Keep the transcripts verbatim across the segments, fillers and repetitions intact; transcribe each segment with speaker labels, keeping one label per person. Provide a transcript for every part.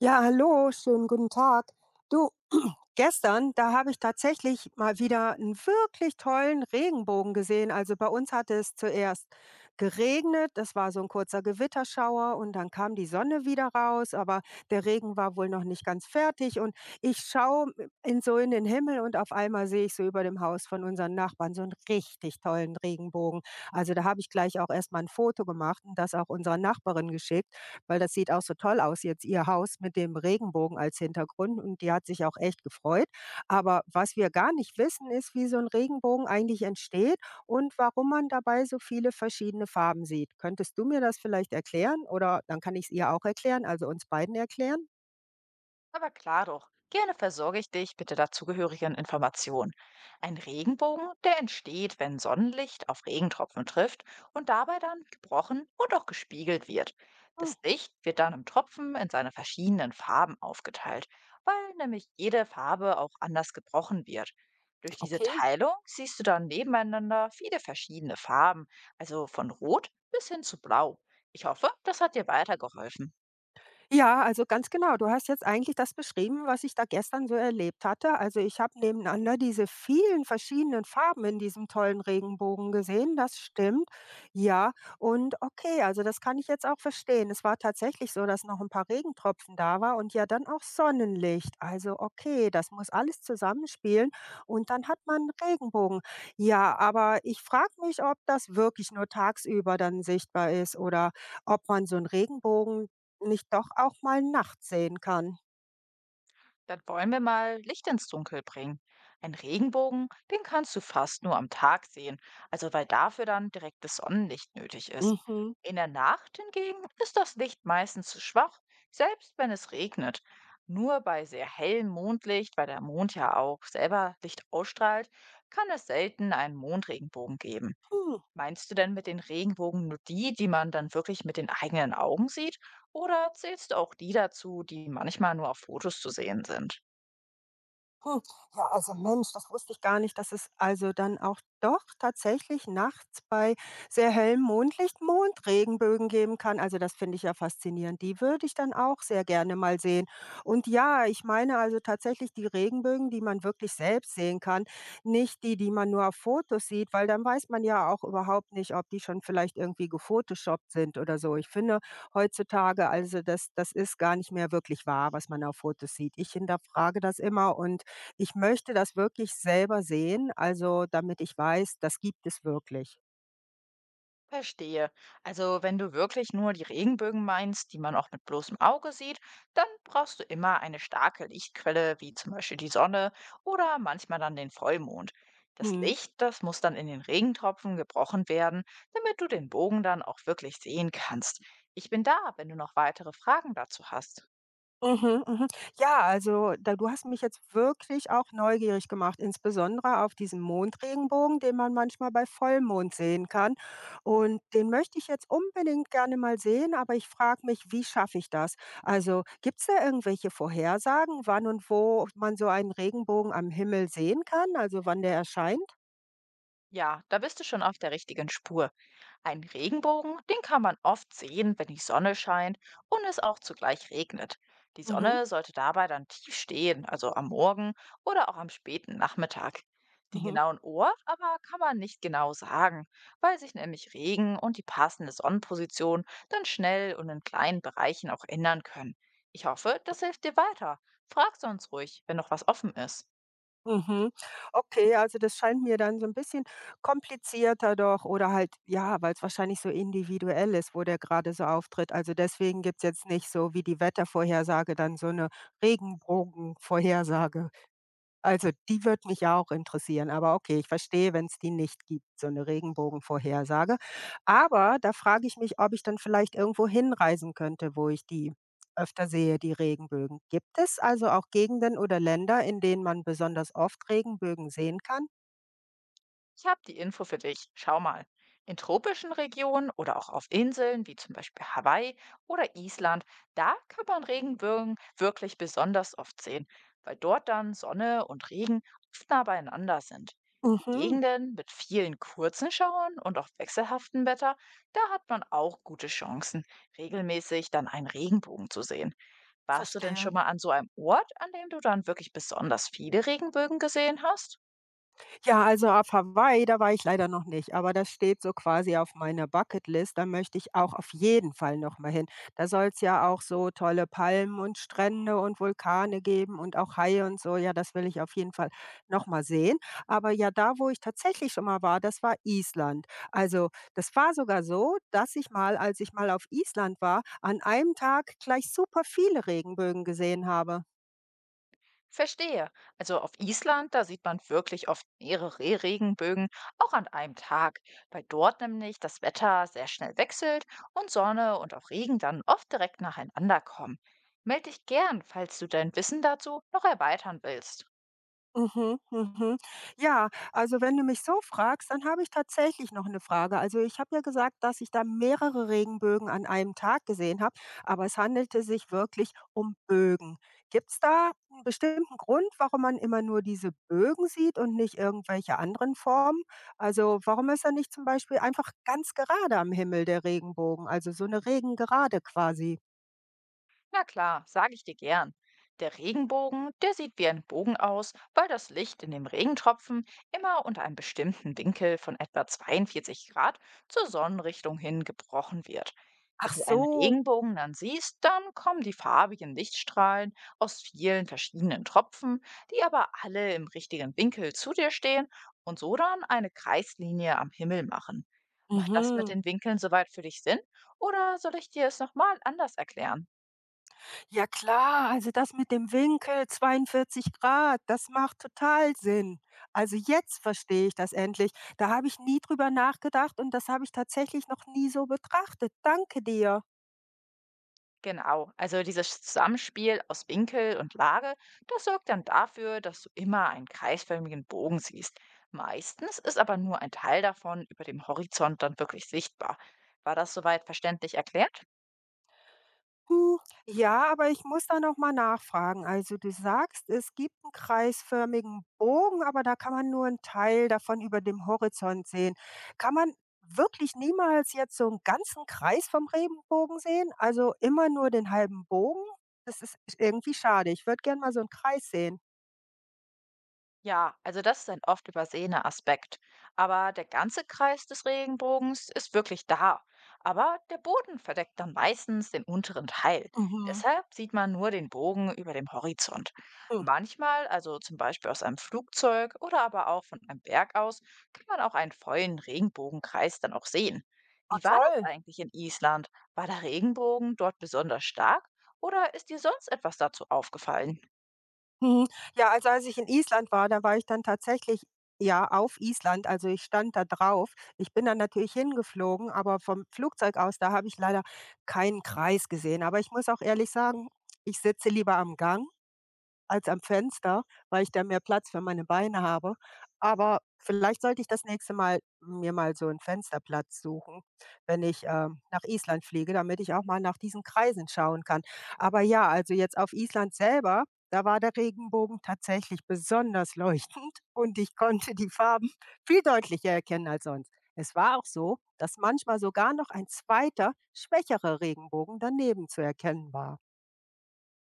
Speaker 1: Ja, hallo, schönen guten Tag. Du, gestern, da habe ich tatsächlich mal wieder einen wirklich tollen Regenbogen gesehen. Also bei uns hatte es zuerst geregnet, das war so ein kurzer Gewitterschauer und dann kam die Sonne wieder raus, aber der Regen war wohl noch nicht ganz fertig und ich schaue in so in den Himmel und auf einmal sehe ich so über dem Haus von unseren Nachbarn so einen richtig tollen Regenbogen. Also da habe ich gleich auch erst mal 'n Foto gemacht und das auch unserer Nachbarin geschickt. Weil das sieht auch so toll aus jetzt, ihr Haus mit dem Regenbogen als Hintergrund und die hat sich auch echt gefreut. Aber was wir gar nicht wissen, ist, wie so ein Regenbogen eigentlich entsteht und warum man dabei so viele verschiedene Farben sieht. Könntest du mir das vielleicht erklären oder dann kann ich es ihr auch erklären, also uns beiden erklären?
Speaker 2: Aber klar doch, gerne versorge ich dich mit der dazugehörigen Information. Ein Regenbogen, der entsteht, wenn Sonnenlicht auf Regentropfen trifft und dabei dann gebrochen und auch gespiegelt wird.
Speaker 1: Hm,
Speaker 2: Das Licht wird dann im Tropfen in seine verschiedenen Farben aufgeteilt, weil nämlich jede Farbe auch anders gebrochen wird. Durch diese
Speaker 1: okay.
Speaker 2: Teilung siehst du dann nebeneinander viele verschiedene Farben, also von Rot bis hin zu Blau. Ich hoffe, das hat dir weitergeholfen.
Speaker 1: Ja, also ganz genau. Du hast jetzt eigentlich das beschrieben, was ich da gestern so erlebt hatte. Also ich habe nebeneinander diese vielen verschiedenen Farben in diesem tollen Regenbogen gesehen. Das stimmt. Ja, und okay, also das kann ich jetzt auch verstehen. Es war tatsächlich so, dass noch ein paar Regentropfen da war und ja dann auch Sonnenlicht. Also okay, das muss alles zusammenspielen und dann hat man einen Regenbogen. Ja, aber ich frage mich, ob das wirklich nur tagsüber dann sichtbar ist oder ob man so einen Regenbogen nicht doch auch mal nachts sehen kann.
Speaker 2: Dann wollen wir mal Licht ins Dunkel bringen. Ein Regenbogen, den kannst du fast nur am Tag sehen, also weil dafür dann direktes Sonnenlicht nötig ist.
Speaker 1: Mhm.
Speaker 2: In der Nacht hingegen ist das Licht meistens zu schwach, selbst wenn es regnet. Nur bei sehr hellem Mondlicht, weil der Mond ja auch selber Licht ausstrahlt, kann es selten einen Mondregenbogen geben.
Speaker 1: Hm,
Speaker 2: Meinst du denn mit den Regenbogen nur die, die man dann wirklich mit den eigenen Augen sieht? Oder zählst du auch die dazu, die manchmal nur auf Fotos zu sehen sind?
Speaker 1: ja, also Mensch, das wusste ich gar nicht, dass es also dann auch doch tatsächlich nachts bei sehr hellem Mondlicht Mondregenbögen geben kann. Also das finde ich ja faszinierend. Die würde ich dann auch sehr gerne mal sehen. Und ja, ich meine also tatsächlich die Regenbögen, die man wirklich selbst sehen kann, nicht die, die man nur auf Fotos sieht, weil dann weiß man ja auch überhaupt nicht, ob die schon vielleicht irgendwie gefotoshoppt sind oder so. Ich finde heutzutage, also das, das ist gar nicht mehr wirklich wahr, was man auf Fotos sieht. Ich hinterfrage das immer und ich möchte das wirklich selber sehen, also damit ich weiß, das gibt es wirklich.
Speaker 2: Verstehe. Also, wenn du wirklich nur die Regenbögen meinst, die man auch mit bloßem Auge sieht, dann brauchst du immer eine starke Lichtquelle, wie zum Beispiel die Sonne oder manchmal dann den Vollmond. Das
Speaker 1: Mhm.
Speaker 2: Licht, das muss dann in den Regentropfen gebrochen werden, damit du den Bogen dann auch wirklich sehen kannst. Ich bin da, wenn du noch weitere Fragen dazu hast.
Speaker 1: Mhm, mhm. Ja, also da du hast mich jetzt wirklich auch neugierig gemacht, insbesondere auf diesen Mondregenbogen, den man manchmal bei Vollmond sehen kann. Und den möchte ich jetzt unbedingt gerne mal sehen, aber ich frage mich, wie schaffe ich das? Also gibt es da irgendwelche Vorhersagen, wann und wo man so einen Regenbogen am Himmel sehen kann, also wann der erscheint?
Speaker 2: Ja, da bist du schon auf der richtigen Spur. Einen Regenbogen, den kann man oft sehen, wenn die Sonne scheint und es auch zugleich regnet. Die
Speaker 1: Mhm.
Speaker 2: Sonne sollte dabei dann tief stehen, also am Morgen oder auch am späten Nachmittag. Den
Speaker 1: Mhm.
Speaker 2: genauen Ort aber kann man nicht genau sagen, weil sich nämlich Regen und die passende Sonnenposition dann schnell und in kleinen Bereichen auch ändern können. Ich hoffe, das hilft dir weiter. Frag sonst ruhig, wenn noch was offen ist.
Speaker 1: Mhm. Okay, also das scheint mir dann so ein bisschen komplizierter doch oder halt ja, weil es wahrscheinlich so individuell ist, wo der gerade so auftritt. Also, deswegen gibt's jetzt nicht so wie die Wettervorhersage dann so eine Regenbogenvorhersage. Also, die würde mich ja auch interessieren, aber okay, ich verstehe, wenn es die nicht gibt, so eine Regenbogenvorhersage. Aber da frage ich mich, ob ich dann vielleicht irgendwo hinreisen könnte, wo ich die öfter sehe, die Regenbögen. Gibt es also auch Gegenden oder Länder, in denen man besonders oft Regenbögen sehen kann?
Speaker 2: Ich habe die Info für dich. Schau mal. In tropischen Regionen oder auch auf Inseln wie zum Beispiel Hawaii oder Island, da kann man Regenbögen wirklich besonders oft sehen, weil dort dann Sonne und Regen oft nah beieinander sind. In
Speaker 1: Mhm,
Speaker 2: Gegenden mit vielen kurzen Schauern und auch wechselhaftem Wetter, da hat man auch gute Chancen, regelmäßig dann einen Regenbogen zu sehen. Warst du denn
Speaker 1: verstehe.
Speaker 2: schon mal an so einem Ort, an dem du dann wirklich besonders viele Regenbögen gesehen hast?
Speaker 1: Ja, also auf Hawaii, da war ich leider noch nicht, aber das steht so quasi auf meiner Bucketlist. Da möchte ich auch auf jeden Fall noch mal hin. Da soll es ja auch so tolle Palmen und Strände und Vulkane geben und auch Haie und so. Ja, das will ich auf jeden Fall noch mal sehen. Aber ja, da, wo ich tatsächlich schon mal war, das war Island. Also, das war sogar so, dass ich mal, als ich mal auf Island war, an einem Tag gleich super viele Regenbögen gesehen habe.
Speaker 2: Verstehe. Also auf Island, da sieht man wirklich oft mehrere Re- Regenbögen, auch an einem Tag, weil dort nämlich das Wetter sehr schnell wechselt und Sonne und auch Regen dann oft direkt nacheinander kommen. Meld dich gern, falls du dein Wissen dazu noch erweitern willst.
Speaker 1: Mhm, mhm. Ja, also wenn du mich so fragst, dann habe ich tatsächlich noch eine Frage. Also, ich habe ja gesagt, dass ich da mehrere Regenbögen an einem Tag gesehen habe, aber es handelte sich wirklich um Bögen. Gibt es da einen bestimmten Grund, warum man immer nur diese Bögen sieht und nicht irgendwelche anderen Formen? Also, warum ist er nicht zum Beispiel einfach ganz gerade am Himmel der Regenbogen, also so 'ne Regengerade quasi?
Speaker 2: Na klar, sage ich dir gern. Der Regenbogen, der sieht wie ein Bogen aus, weil das Licht in dem Regentropfen immer unter einem bestimmten Winkel von etwa zweiundvierzig Grad zur Sonnenrichtung hin gebrochen wird.
Speaker 1: Ach
Speaker 2: Wenn du einen
Speaker 1: so.
Speaker 2: Regenbogen dann siehst, dann kommen die farbigen Lichtstrahlen aus vielen verschiedenen Tropfen, die aber alle im richtigen Winkel zu dir stehen und so dann eine Kreislinie am Himmel machen. Macht das mit
Speaker 1: Mhm.
Speaker 2: den Winkeln soweit für dich Sinn oder soll ich dir es nochmal anders erklären?
Speaker 1: Ja klar, also das mit dem Winkel zweiundvierzig Grad, das macht total Sinn. Also jetzt verstehe ich das endlich. Da habe ich nie drüber nachgedacht und das habe ich tatsächlich noch nie so betrachtet. Danke dir.
Speaker 2: Genau, also dieses Zusammenspiel aus Winkel und Lage, das sorgt dann dafür, dass du immer einen kreisförmigen Bogen siehst. Meistens ist aber nur ein Teil davon über dem Horizont dann wirklich sichtbar. War das soweit verständlich erklärt?
Speaker 1: Hm, ja, aber ich muss da noch mal nachfragen. Also, du sagst, es gibt einen kreisförmigen Bogen, aber da kann man nur einen Teil davon über dem Horizont sehen. Kann man wirklich niemals jetzt so einen ganzen Kreis vom Regenbogen sehen? Also, immer nur den halben Bogen? Das ist irgendwie schade. Ich würde gern mal so einen Kreis sehen.
Speaker 2: Ja, also das ist ein oft übersehener Aspekt. Aber der ganze Kreis des Regenbogens ist wirklich da. Aber der Boden verdeckt dann meistens den unteren Teil.
Speaker 1: Mhm.
Speaker 2: Deshalb sieht man nur den Bogen über dem Horizont.
Speaker 1: Hm.
Speaker 2: Manchmal, also zum Beispiel aus einem Flugzeug oder aber auch von einem Berg aus, kann man auch einen vollen Regenbogenkreis dann auch sehen.
Speaker 1: Ah,
Speaker 2: Wie war
Speaker 1: toll.
Speaker 2: das eigentlich in Island? War der Regenbogen dort besonders stark oder ist dir sonst etwas dazu aufgefallen?
Speaker 1: Mhm. Ja, also als ich in Island war, da war ich dann tatsächlich ja, auf Island, also ich stand da drauf. Ich bin dann natürlich hingeflogen, aber vom Flugzeug aus, da habe ich leider keinen Kreis gesehen. Aber ich muss auch ehrlich sagen, ich sitze lieber am Gang als am Fenster, weil ich da mehr Platz für meine Beine habe. Aber vielleicht sollte ich das nächste Mal mir mal so einen Fensterplatz suchen, wenn ich, ähm, nach Island fliege, damit ich auch mal nach diesen Kreisen schauen kann. Aber ja, also jetzt auf Island selber, da war der Regenbogen tatsächlich besonders leuchtend und ich konnte die Farben viel deutlicher erkennen als sonst. Es war auch so, dass manchmal sogar noch ein zweiter, schwächerer Regenbogen daneben zu erkennen war.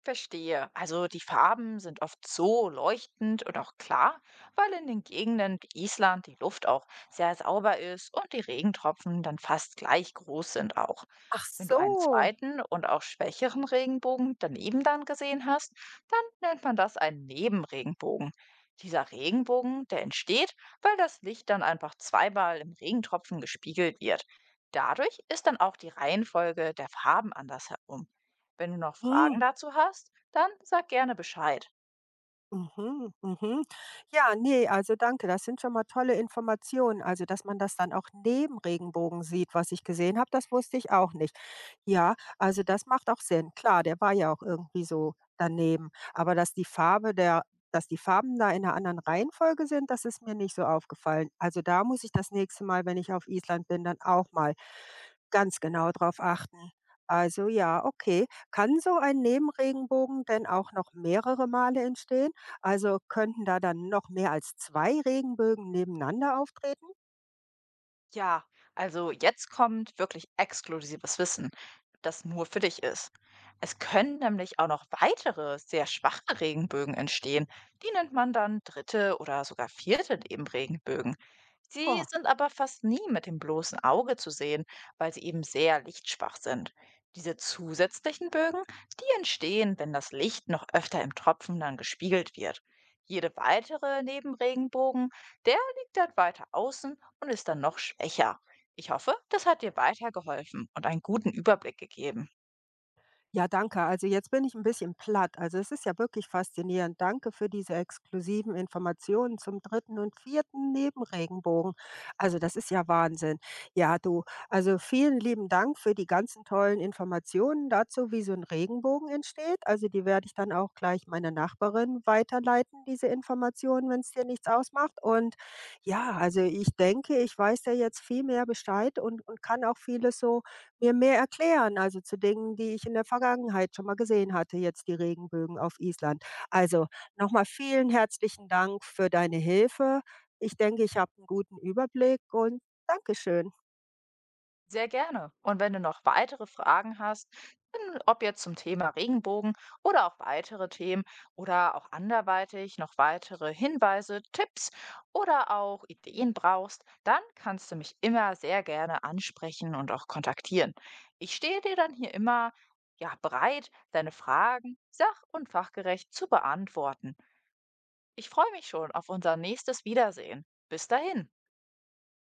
Speaker 2: Verstehe. Also die Farben sind oft so leuchtend und auch klar, weil in den Gegenden wie Island die Luft auch sehr sauber ist und die Regentropfen dann fast gleich groß sind auch.
Speaker 1: Ach
Speaker 2: Wenn du einen
Speaker 1: so.
Speaker 2: zweiten und auch schwächeren Regenbogen daneben dann gesehen hast, dann nennt man das einen Nebenregenbogen. Dieser Regenbogen, der entsteht, weil das Licht dann einfach zweimal im Regentropfen gespiegelt wird. Dadurch ist dann auch die Reihenfolge der Farben anders herum. Wenn du noch Fragen
Speaker 1: Mhm.
Speaker 2: dazu hast, dann sag gerne Bescheid.
Speaker 1: Mhm, mhm. Ja, ne, also danke. Das sind schon mal tolle Informationen. Also, dass man das dann auch neben Regenbogen sieht, was ich gesehen habe, das wusste ich auch nicht. Ja, also das macht auch Sinn. Klar, der war ja auch irgendwie so daneben. Aber dass die Farbe der dass die Farben da in einer anderen Reihenfolge sind, das ist mir nicht so aufgefallen. Also, da muss ich das nächste Mal, wenn ich auf Island bin, dann auch mal ganz genau drauf achten. Also ja, okay. Kann so ein Nebenregenbogen denn auch noch mehrere Male entstehen? Also könnten da dann noch mehr als zwei Regenbögen nebeneinander auftreten?
Speaker 2: Ja, also jetzt kommt wirklich exklusives Wissen, das nur für dich ist. Es können nämlich auch noch weitere, sehr schwache Regenbögen entstehen. Die nennt man dann dritte oder sogar vierte Nebenregenbögen. Sie
Speaker 1: Boah,
Speaker 2: sind aber fast nie mit dem bloßen Auge zu sehen, weil sie eben sehr lichtschwach sind. Diese zusätzlichen Bögen, die entstehen, wenn das Licht noch öfter im Tropfen dann gespiegelt wird. Jede weitere Nebenregenbogen, der liegt dann weiter außen und ist dann noch schwächer. Ich hoffe, das hat dir weitergeholfen und einen guten Überblick gegeben.
Speaker 1: ja, danke. Also jetzt bin ich ein bisschen platt. Also, es ist ja wirklich faszinierend. Danke für diese exklusiven Informationen zum dritten und vierten Nebenregenbogen. Also, das ist ja Wahnsinn. Ja, du, also vielen lieben Dank für die ganzen tollen Informationen dazu, wie so ein Regenbogen entsteht. Also, die werde ich dann auch gleich meiner Nachbarin weiterleiten, diese Informationen, wenn es dir nichts ausmacht. Und ja, also ich denke, ich weiß ja jetzt viel mehr Bescheid und und kann auch vieles so mir mehr erklären, also zu Dingen, die ich in der Vergangenheit schon mal gesehen hatte, jetzt die Regenbögen auf Island. Also nochmal vielen herzlichen Dank für deine Hilfe. Ich denke, ich habe einen guten Überblick und Dankeschön.
Speaker 2: Sehr gerne. Und wenn du noch weitere Fragen hast, in- ob jetzt zum Thema Regenbogen oder auch weitere Themen oder auch anderweitig noch weitere Hinweise, Tipps oder auch Ideen brauchst, dann kannst du mich immer sehr gerne ansprechen und auch kontaktieren. Ich stehe dir dann hier immer ja bereit, deine Fragen sach- und fachgerecht zu beantworten. Ich freue mich schon auf unser nächstes Wiedersehen. Bis dahin.